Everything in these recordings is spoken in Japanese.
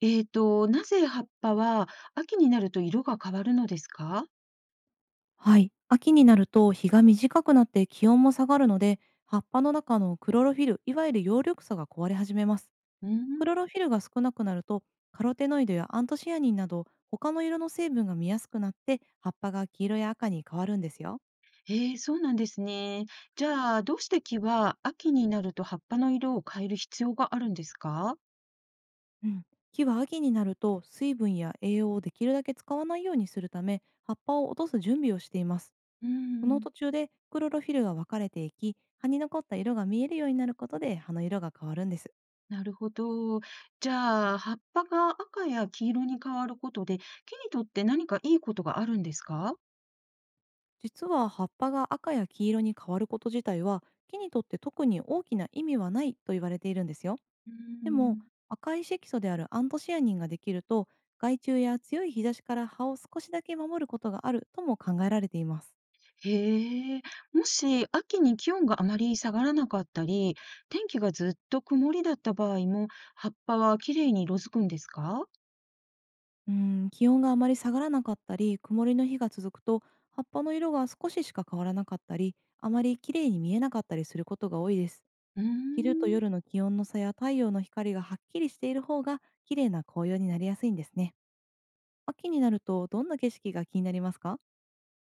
なぜ葉っぱは秋になると色が変わるのですか？はい。秋になると日が短くなって気温も下がるので、葉っぱの中のクロロフィル、いわゆる葉緑素が壊れ始めます。うークん。ロロフィルが少なくなると、カロテノイドやアントシアニンなど、他の色の成分が見やすくなって、葉っぱが黄色や赤に変わるんですよ。そうなんですね。じゃあ、どうして木は秋になると葉っぱの色を変える必要があるんですか？うん。木は秋になると水分や栄養をできるだけ使わないようにするため、葉っぱを落とす準備をしています。うーそのん、途中でクロロフィルが分かれていき、葉に残った色が見えるようになることで葉の色が変わるんです。なるほど。じゃあ、葉っぱが赤や黄色に変わることで、木にとって何かいいことがあるんですか？実は葉っぱが赤や黄色に変わること自体は、木にとって特に大きな意味はないと言われているんですよ。うーでも、ん。赤い色素であるアントシアニンができると、害虫や強い日差しから葉を少しだけ守ることがあるとも考えられています。へえ、もし秋に気温があまり下がらなかったり、天気がずっと曇りだった場合も、葉っぱはきれいに色づくんですか？うん、気温があまり下がらなかったり曇りの日が続くと、葉っぱの色が少ししか変わらなかったり、あまり綺麗に見えなかったりすることが多いです。うー昼とん、夜の気温の差や太陽の光がはっきりしている方が綺麗な紅葉になりやすいんですね。秋になるとどんな景色が気になりますか？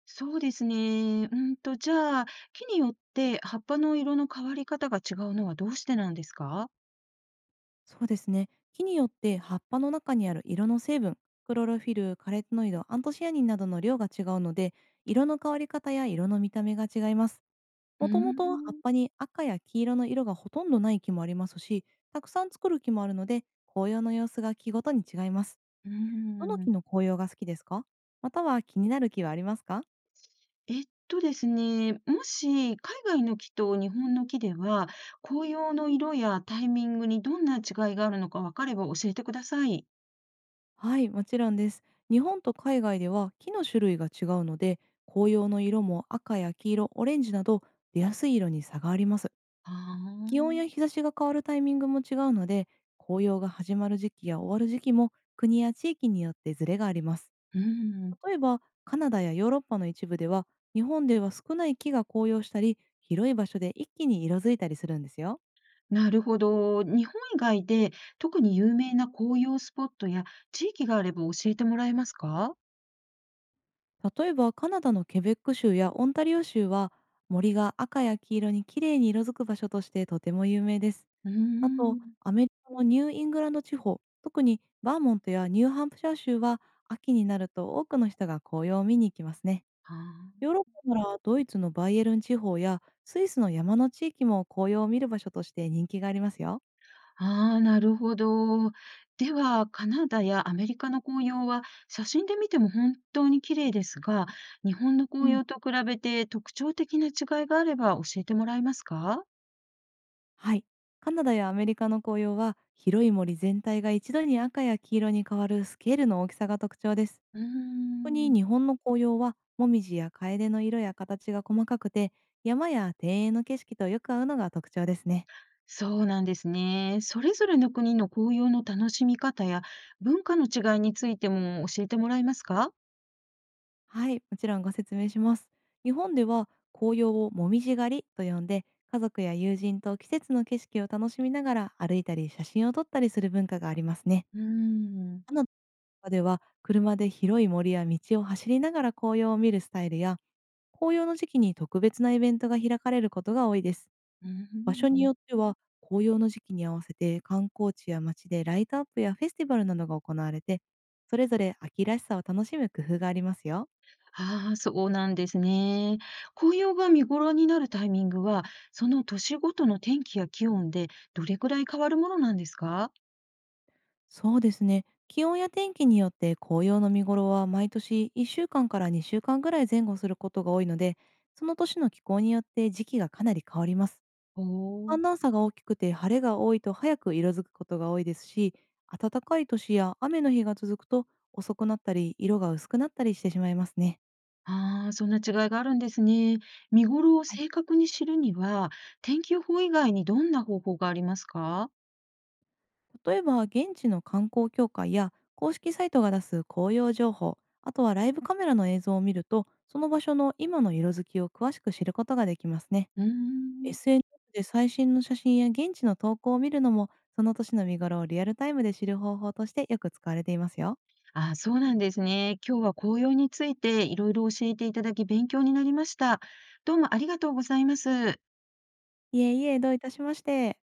そうですね。じゃあ、木によって葉っぱの色の変わり方が違うのはどうしてなんですか？そうですね。木によって葉っぱの中にある色の成分、クロロフィル、カレノイド、アントシアニンなどの量が違うので、色の変わり方や色の見た目が違います。うーもともと葉っん、ぱに赤や黄色の色がほとんどない木もありますし、たくさん作る木もあるので、紅葉の様子が木ごとに違います。うーどのん。木の紅葉が好きですか？または気になる木はありますか？えっとですね、もし海外の木と日本の木では、紅葉の色やタイミングにどんな違いがあるのか分かれば教えてください。はい、もちろんです。日本と海外では木の種類が違うので、紅葉の色も赤や黄色、オレンジなど出やすい色に差があります。あ気温やあ。日差しが変わるタイミングも違うので、紅葉が始まる時期や終わる時期も国や地域によってズレがあります。うーん、例えば、カナダやヨーロッパの一部では、日本では少ない木が紅葉したり、広い場所で一気に色づいたりするんですよ。なるほど。日本以外で特に有名な紅葉スポットや地域があれば教えてもらえますか？例えば、カナダのケベック州やオンタリオ州は、森が赤や黄色にきれいに色づく場所としてとても有名です。うーあと、ん。アメリカのニューイングランド地方、特にバーモントやニューハンプシャー州は、秋になると多くの人が紅葉を見に行きますね。あヨーロッパならドイツのバイエルン地方やスイスの山の地域も、紅葉を見る場所として人気がありますよ。あー、なるほど。では、カナダやアメリカの紅葉は写真で見ても本当に綺麗ですが、日本のう紅ん、葉と比べて特徴的な違いがあれば教えてもらえますか？はい。カナダやアメリカの紅葉は、広い森全体が一度に赤や黄色に変わるスケールの大きさが特徴です。うー特に日ん。本の紅葉は、もみじやカエデの色や形が細かくて、山や庭園の景色とよく合うのが特徴ですね。そうなんですね。それぞれの国の紅葉の楽しみ方や文化の違いについても教えてもらえますか？はい、もちろんご説明します。日本では紅葉をもみじ狩りと呼んで、家族や友人と季節の景色を楽しみながら歩いたり写真を撮ったりする文化がありますね。うーん、カナダでは、車で広い森や道を走りながら紅葉を見るスタイルや、紅葉の時期に特別なイベントが開かれることが多いです。うー場所ん。うにん。よっては、紅葉の時期に合わせて観光地や街でライトアップやフェスティバルなどが行われて、それぞれ秋らしさを楽しむ工夫がありますよ。ああ、そうなんですね。紅葉が見頃になるタイミングは、その年ごとの天気や気温でどれくらい変わるものなんですか？そうですね。気温や天気によって紅葉の見頃は、毎年1週間かんから2週間ぐらい前後することが多いので、その年の気候によって時期がかなり変わります。おー、寒暖差が大きくて晴れが多いと早く色づくことが多いですし、暖かい年や雨の日が続くと遅くなったり色が薄くなったりしてしまいますね。ああ、そんな違いがあるんですね。見頃をはい。正確に知るには、天気予報以外にどんな方法がありますか？例えば、現地の観光協会や公式サイトが出す紅葉情報、あとはライブカメラの映像を見ると、その場所の今の色づきを詳しく知ることができますね。 うーん。SNS で最新の写真や現地の投稿を見るのも、その年の見頃をリアルタイムで知る方法としてよく使われていますよ。あ、そうなんですね。今日は紅葉についていろいろ教えていただき勉強になりました。どうもありがとうございます。いえいえ、どういたしまして。